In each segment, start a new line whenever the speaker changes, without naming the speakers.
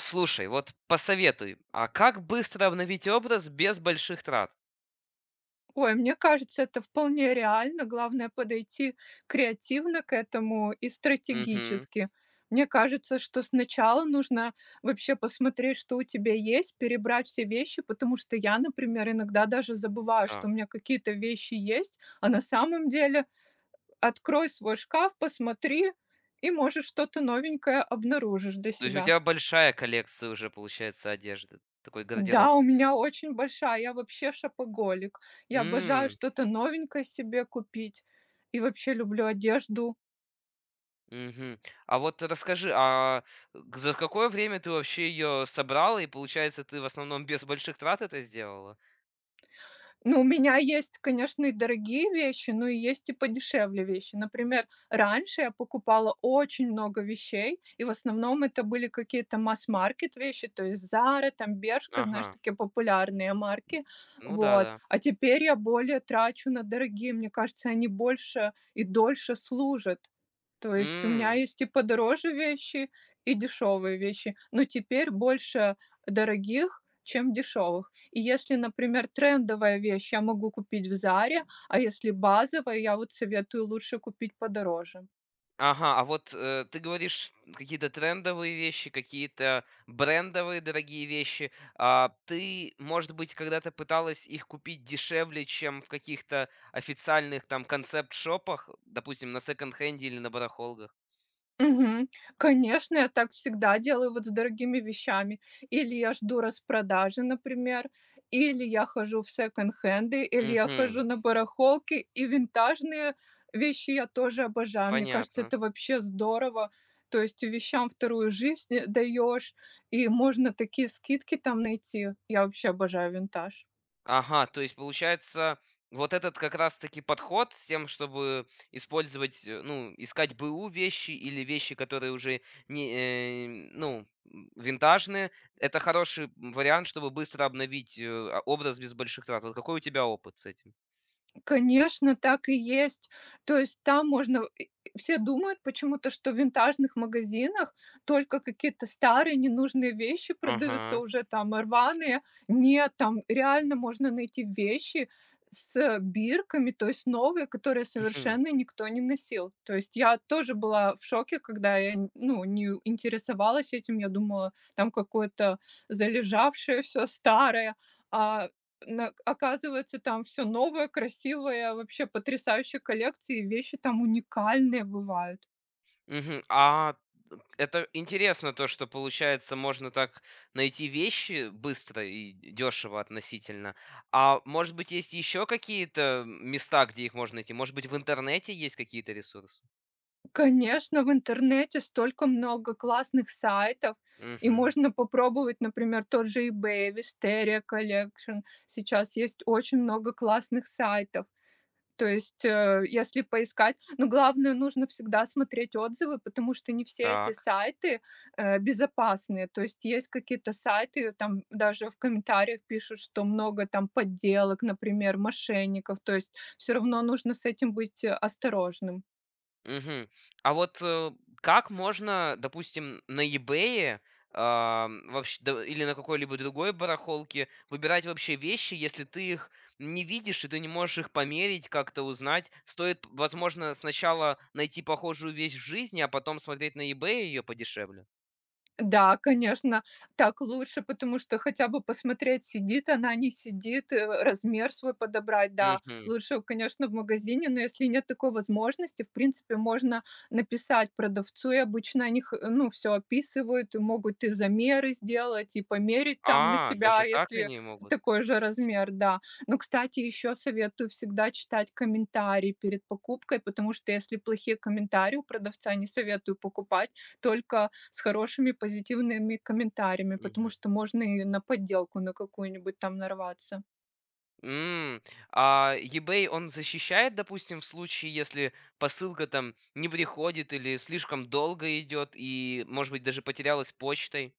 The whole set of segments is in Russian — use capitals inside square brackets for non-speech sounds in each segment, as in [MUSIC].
Слушай, вот посоветуй, а как быстро обновить образ без больших трат?
Ой, мне кажется, это вполне реально. Главное подойти креативно к этому и
Мгм.
стратегически. Мне кажется, что сначала нужно вообще посмотреть, что у тебя есть, перебрать все вещи, потому что я, например, иногда даже забываю, что
Так.
у меня какие-то вещи есть, а на самом деле открой свой шкаф, посмотри, и, может, что-то новенькое обнаружишь для
То есть у
себя.
тебя большая коллекция уже, получается, одежды. Такой гардероб.
Да, у меня очень большая. Я вообще шопоголик. Я обожаю
М,
что-то новенькое себе купить и вообще люблю одежду.
мгм. А вот расскажи, а за какое время ты вообще ее собрала, и получается, ты в основном без больших трат это сделала?
Ну, у меня есть, конечно, и дорогие вещи, но и есть и подешевле вещи. Например, раньше я покупала очень много вещей, и в основном это были какие-то масс-маркет вещи, то есть Zara, там Bershka, знаешь,
Ага.
такие популярные марки,
Ну
вот.
да,
А теперь я более трачу на дорогие, мне кажется, они больше и дольше служат. То есть у меня
да.
есть и подороже вещи, и дешевые вещи, но теперь больше дорогих, чем дешевых. И если, например, трендовая вещь я могу купить в "Заре", а если базовая, я вот советую лучше купить подороже.
Ага, а вот, ты говоришь какие-то трендовые вещи, какие-то брендовые дорогие вещи. А ты, может быть, когда-то пыталась их купить дешевле, чем в каких-то официальных там концепт-шопах, допустим, на секонд-хенде или на барахолках?
Мгм. Конечно, я так всегда делаю вот с дорогими вещами. Или я жду распродажи, например, или я хожу в секонд-хенды, или я хожу
Мгм.
на барахолки, и винтажные вещи я тоже обожаю. Мне кажется,
Понятно.
это вообще здорово. То есть вещам вторую жизнь даешь, и можно такие скидки там найти. Я вообще обожаю винтаж.
Ага, то есть получается, вот этот как раз-таки подход с тем, чтобы использовать, ну, искать БУ вещи или вещи, которые уже не, ну, винтажные, это хороший вариант, чтобы быстро обновить а, образ без больших трат. Вот какой у тебя опыт с этим?
Конечно, так и есть. То есть там можно и все думают почему-то, что в винтажных магазинах только какие-то старые ненужные вещи продаются,
Ага.
уже там рваные. Нет, там реально можно найти вещи с бирками, то есть новые, которые совершенно
[LAUGHS]
никто не носил. То есть я тоже была в шоке, когда я, н ну, не интересовалась этим. Я думала, там какое-то залежавшее все старое. А на оказывается, там все новое, красивое, вообще потрясающие коллекции, вещи там уникальные бывают.
Мгм. А это интересно, то, что, получается, можно так найти вещи быстро и дешево относительно. А может быть, есть еще какие-то места, где их можно найти? Может быть, в интернете есть какие-то ресурсы?
Конечно, в интернете столько много классных сайтов, и
Мгм.
можно попробовать, например, тот же eBay, Wisteria Collection. Сейчас есть очень много классных сайтов. То есть, если поискать, но главное, нужно всегда смотреть отзывы, потому что не все эти
Так.
сайты, безопасные. То есть есть какие-то сайты, там даже в комментариях пишут, что много там подделок, например, мошенников. То есть все равно нужно с этим быть, осторожным.
Мгм. А вот, как можно, допустим, на eBay ам, вообщ да или на какой-либо другой барахолке выбирать вообще вещи, если ты их не видишь и ты не можешь их померить, как-то узнать? Стоит, возможно, сначала найти похожую вещь в жизни, а потом смотреть на eBay ее подешевле?
Да, конечно, так лучше, потому что хотя бы посмотреть, сидит она, не сидит, размер свой подобрать, да.
Мгм.
Лучше, конечно, в магазине, но если нет такой возможности, в принципе, можно написать продавцу, и обычно они, ну, все описывают, и могут и замеры сделать, и померить там на
А,
себя,
даже так
если
они могут?
такой же размер, да. Но, кстати, еще советую всегда читать комментарии перед покупкой, потому что если плохие комментарии у продавца, не советую покупать, только с хорошими позитивными комментариями, потому что можно и на подделку на какую-нибудь там нарваться.
М, а eBay, он защищает, допустим, в случае, если посылка там не приходит или слишком долго идет и, может быть, даже потерялась почтой?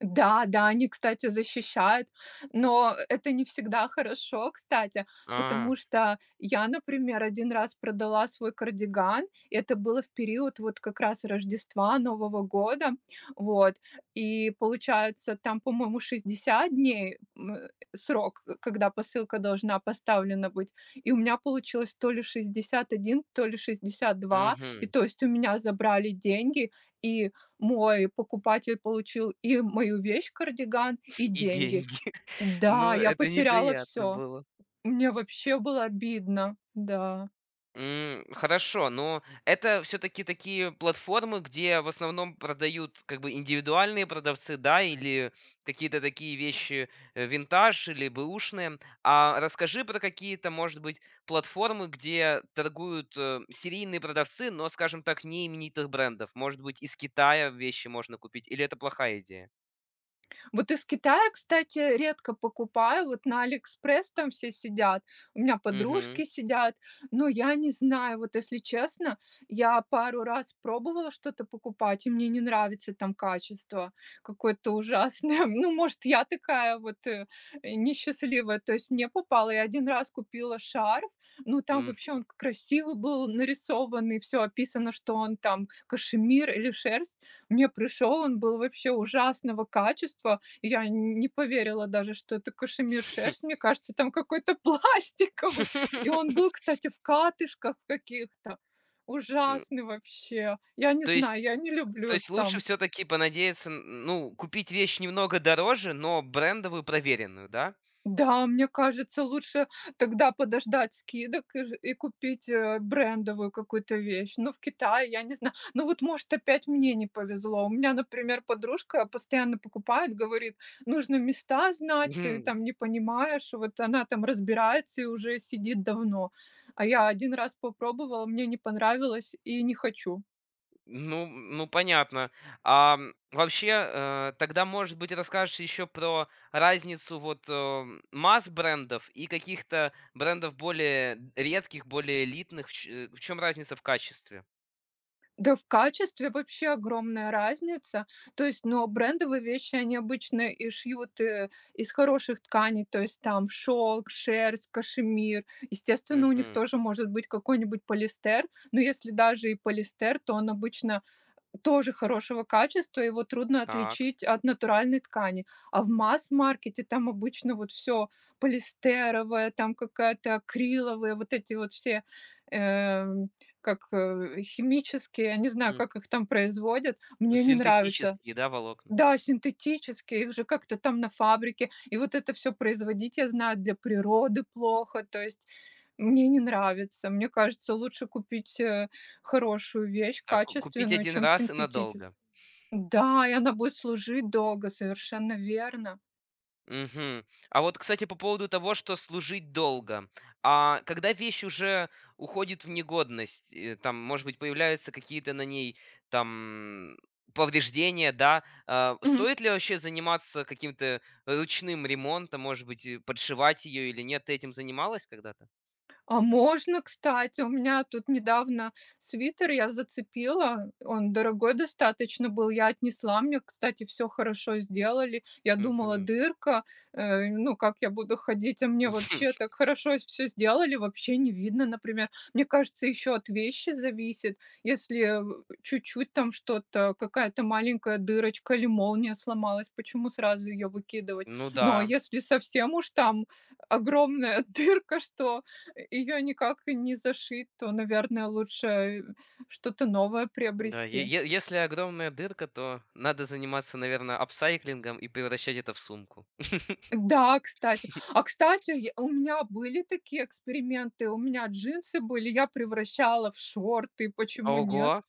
Да, да, они, кстати, защищают, но это не всегда хорошо, кстати,
А,
потому что я, например, один раз продала свой кардиган. Это было в период вот как раз Рождества, Нового года. Вот, и получается, там, по-моему, 60 дней, срок, к когда посылка должна поставлена быть. И у меня получилось то ли 61, то ли 62. И
мгм.
то есть у меня забрали деньги, и мой покупатель получил и мою вещь, кардиган, и
[LAUGHS] И
деньги.
деньги. [LAUGHS]
Да,
Ну,
я
это
потеряла
неприятно
все.
было.
Мне вообще было обидно, да.
М, хорошо, но это все таки такие платформы, где в основном продают как бы индивидуальные продавцы, да, или какие-то такие вещи, винтаж или бэушные. А расскажи про какие-то, может быть, платформы, где торгуют, серийные продавцы, но, скажем так, не именитых брендов. Может быть, из Китая вещи можно купить, или это плохая идея?
Вот из Китая, кстати, редко покупаю. Вот на "Алиэкспресс" там все сидят. У меня
Угу.
подружки сидят. Но я не знаю, вот если честно, я пару раз пробовала что-то покупать, и мне не нравится там качество какое-то ужасное. [LAUGHS] Ну, может, я такая вот, несчастливая. То есть мне попало я один раз купила шарф, ну, там вообще он красивый был нарисован, и всё описано, что он там кашемир или шерсть. Мне пришел, он был вообще ужасного качества. Я не поверила даже, что это кашемир шерсть. Мне кажется, там какой-то [LAUGHS] пластиковый. И он
[LAUGHS]
был, кстати, в катышках каких-то. Ужасный вообще. Я не
То есть
знаю, я не
То
люблю
есть лучше
там.
все таки понадеяться, н ну, купить вещь немного дороже, но брендовую, проверенную, да?
Да, мне кажется, лучше тогда подождать скидок и купить, брендовую какую-то вещь. Ну, в Китае, я не знаю. Ну, вот, может, опять мне не повезло. У меня, например, подружка постоянно покупает, говорит: "Нужно места знать, ты
Мгм.
там не понимаешь". Вот она там разбирается и уже сидит давно. А я один раз попробовала, мне не понравилось и не хочу.
Ну, понятно. Ам, вообще, тогда, может быть, расскажешь еще про разницу вот, масс-брендов и каких-то брендов более редких, более элитных. В чём разница в качестве?
Да, в качестве вообще огромная разница. То есть, но брендовые вещи, они обычно и шьют, из хороших тканей, то есть там шелк, шерсть, кашемир. Естественно, у них
Мгм.
тоже может быть какой-нибудь полиэстер, но если даже и полиэстер, то он обычно тоже хорошего качества, его трудно
Так.
отличить от натуральной ткани. А в масс-маркете там обычно вот все полиэстеровое, там какая-то акриловая, вот эти вот все, эм, как, химические, я не знаю,
М.
как их там производят,
Ну,
мне не нравится.
синтетические, да, волокна?
Да, синтетические, их же как-то там на фабрике. И вот это все производить, я знаю, для природы плохо. То есть мне не нравится. Мне кажется, лучше купить, хорошую вещь,
Так, ку купить
качественную,
один
чем
раз и
синтетическую.
надолго.
Да, и она будет служить долго, совершенно верно.
Мгм. А вот, кстати, по поводу того, что служить долго. А когда вещь уже уходит в негодность, там, может быть, появляются какие-то на ней там повреждения, да, а, стоит ли вообще заниматься каким-то ручным ремонтом, может быть, подшивать ее или нет? Ты этим занималась когда-то?
А можно, кстати. У меня тут недавно свитер я зацепила. Он дорогой достаточно был. Я отнесла. Мне, кстати, все хорошо сделали. Я думала,
Мгм.
дырка, ну, как я буду ходить, а мне вообще
[LAUGHS]
так хорошо все сделали, вообще не видно, например. Мне кажется, еще от вещи зависит. Если в чуть-чуть там что-то, какая-то маленькая дырочка или молния сломалась, почему сразу ее выкидывать?
Ну
Но
да.
если совсем уж там огромная [LAUGHS] дырка, что ее никак не зашить, то, наверное, лучше что-то новое
Да,
приобрести.
если огромная дырка, то надо заниматься, наверное, апсайклингом и превращать это в сумку.
Да, кстати. А, кстати, я у меня были такие эксперименты. У меня джинсы были, я превращала в шорты. Почему нет?
Ого!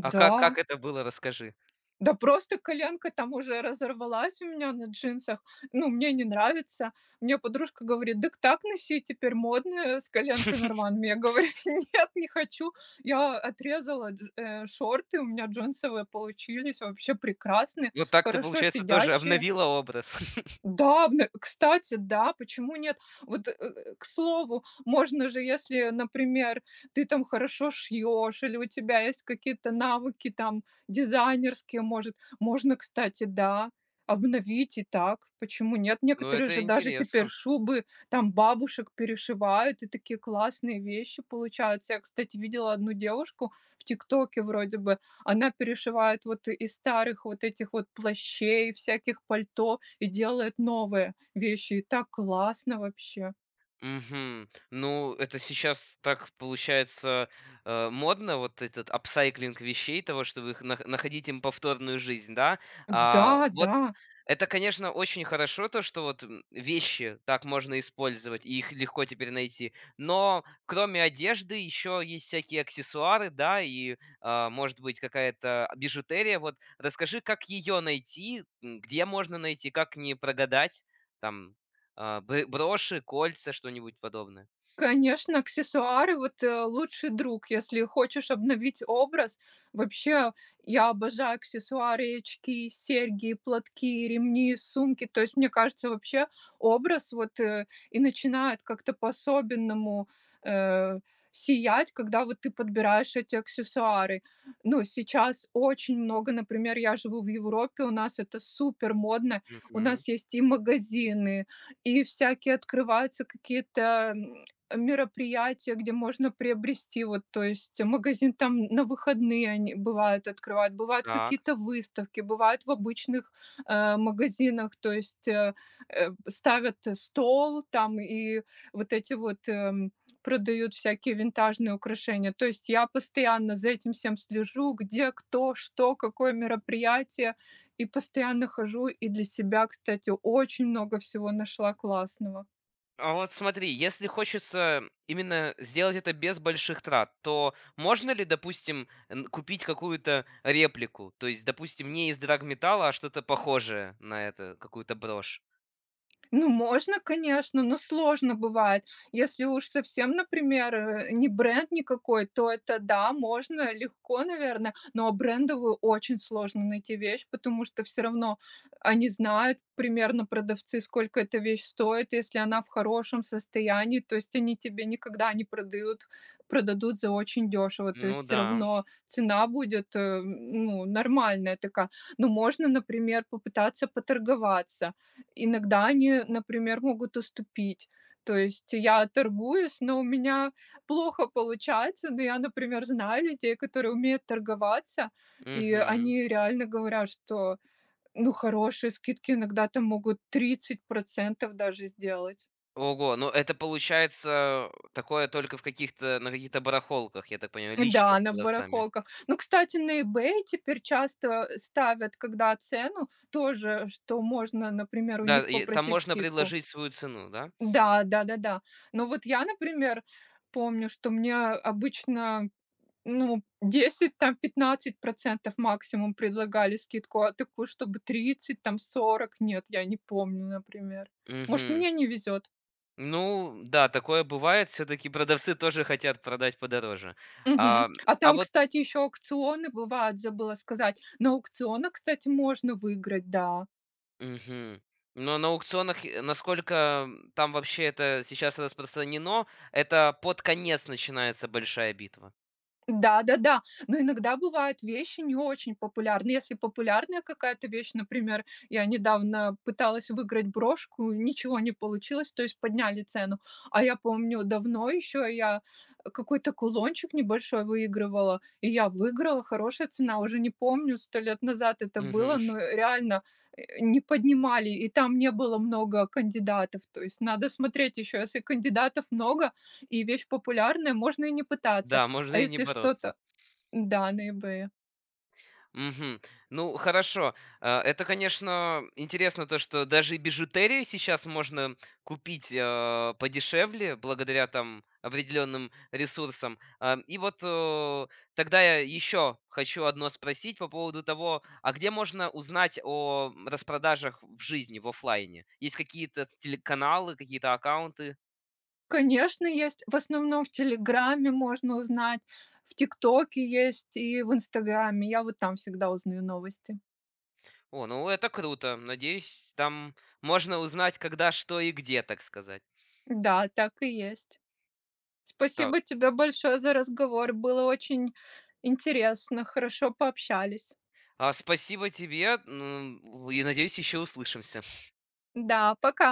А как это было, расскажи.
Да просто коленка там уже разорвалась у меня на джинсах. Ну, мне не нравится. Мне подружка говорит: "Дак так носи, теперь модно, с коленками рваными". Я говорю: [LAUGHS] "Нет, не хочу". Я отрезала шорты, у меня джинсовые получились вообще прекрасные,
Ну так ты,
хорошо
получается, тоже
сидящие.
обновила образ. [LAUGHS]
Да, кстати, да, почему нет? Вот, к слову, можно же, если, например, ты там хорошо шьешь или у тебя есть какие-то навыки там дизайнерские, может, можно, кстати, да, обновить и так. Почему нет?
Ну,
Некоторые
это
же даже теперь
интересно.
шубы там бабушек перешивают, и такие классные вещи получаются. Я, кстати, видела одну девушку в ТикТоке вроде бы, она перешивает вот из старых вот этих вот плащей, всяких пальто и делает новые вещи. И так классно вообще.
Мгм. Ну, это сейчас так получается, модно, вот этот апсайклинг вещей, того, чтобы их находить им повторную жизнь, да. А
Да,
вот
да.
это, конечно, очень хорошо, то, что вот, вещи так можно использовать, и их легко теперь найти. Но кроме одежды еще есть всякие аксессуары, да, и, а, может быть, какая-то бижутерия. Вот расскажи, как ее найти, где можно найти, как не прогадать там? А, б броши, кольца, что-нибудь подобное?
Конечно, аксессуары, вот, лучший друг, если хочешь обновить образ. Вообще, я обожаю аксессуары, и очки, серьги, и платки, и ремни, и сумки. То есть, мне кажется, вообще образ вот, и начинает как-то по-особенному, э, сиять, когда вот ты подбираешь эти аксессуары. Ну, сейчас очень много, например, я живу в Европе, у нас это супер модно. У
Мгм.
нас есть и магазины, и всякие открываются какие-то, мероприятия, где можно приобрести, вот, то есть магазин там на выходные они бывают открывают, бывают
Так.
какие-то выставки, бывают в обычных, магазинах, то есть, ставят стол там и вот эти вот, продают всякие винтажные украшения. То есть я постоянно за этим всем слежу, где, кто, что, какое мероприятие, и постоянно хожу. И для себя, кстати, очень много всего нашла классного.
А вот смотри, если хочется именно сделать это без больших трат, то можно ли, допустим, н купить какую-то реплику? То есть, допустим, не из драгметалла, а что-то похожее на это, какую-то брошь?
Ну, можно, конечно, но сложно бывает. Если уж совсем, например, не бренд никакой, то это да, можно легко, наверное, но брендовую очень сложно найти вещь, потому что все равно они знают примерно продавцы, сколько эта вещь стоит, если она в хорошем состоянии, то есть они тебе никогда не продают, продадут за очень дешево, то есть
Ну
все
да.
равно цена будет ну, нормальная такая. Но можно, например, попытаться поторговаться. Иногда они, например, могут уступить. То есть я торгуюсь, но у меня плохо получается. Но я, например, знаю людей, которые умеют торговаться, и
Мгм.
они реально говорят, что, ну, хорошие скидки иногда там могут 30% даже сделать.
Ого, ну это получается такое только в каких-то на каких-то барахолках, я так понимаю, лично
Да,
с
на
продавцами.
барахолках. Ну, кстати, на "Ebay" теперь часто ставят, когда цену, тоже, что можно, например, у
Да,
них
и там
попросить
можно
скидку.
предложить свою цену, да?
Да, да-да-да. Но вот я, например, помню, что мне обычно, ну, 10 там 15% максимум предлагали скидку, а такую, чтобы 30 там 40 нет, я не помню, например. Может,
Мгм.
мне не везет.
Ну да, такое бывает. Все-таки продавцы тоже хотят продать подороже.
Мгм.
А,
А
а
там,
вот,
кстати, еще аукционы бывают, забыла сказать. На аукционах, кстати, можно выиграть, да.
мгм. Но на аукционах, насколько там вообще это сейчас распространено, это под конец начинается большая битва.
Да-да-да, но иногда бывают вещи не очень популярные. Если популярная какая-то вещь, например, я недавно пыталась выиграть брошку, ничего не получилось, то есть подняли цену. А я помню, давно еще я какой-то кулончик небольшой выигрывала, и я выиграла, хорошая цена, уже не помню, сто лет назад это было,
Мгм.
но
[LAUGHS]
реально, не поднимали, и там не было много кандидатов. То есть надо смотреть еще, если кандидатов много и вещь популярная, можно и не пытаться.
Да,
А
можно и не
если
бороться.
что-то да, на eBay.
Мгм. Ну, хорошо. А это, конечно, интересно то, что даже и бижутерию сейчас можно купить подешевле, благодаря там определенным ресурсам. А, И вот тогда я еще хочу одно спросить по поводу того, а где можно узнать о распродажах в жизни, в оффлайне? Есть какие-то телеканалы, какие-то аккаунты?
Конечно, есть. В основном в "Телеграме" можно узнать, в "ТикТоке" есть и в "Инстаграме". Я вот там всегда узнаю новости.
О, ну это круто. Надеюсь, там можно узнать, когда, что и где, так сказать.
Да, так и есть.
Так.
Спасибо тебе большое за разговор. Было очень интересно. Хорошо пообщались.
А, спасибо тебе, и надеюсь, еще услышимся.
Да, пока.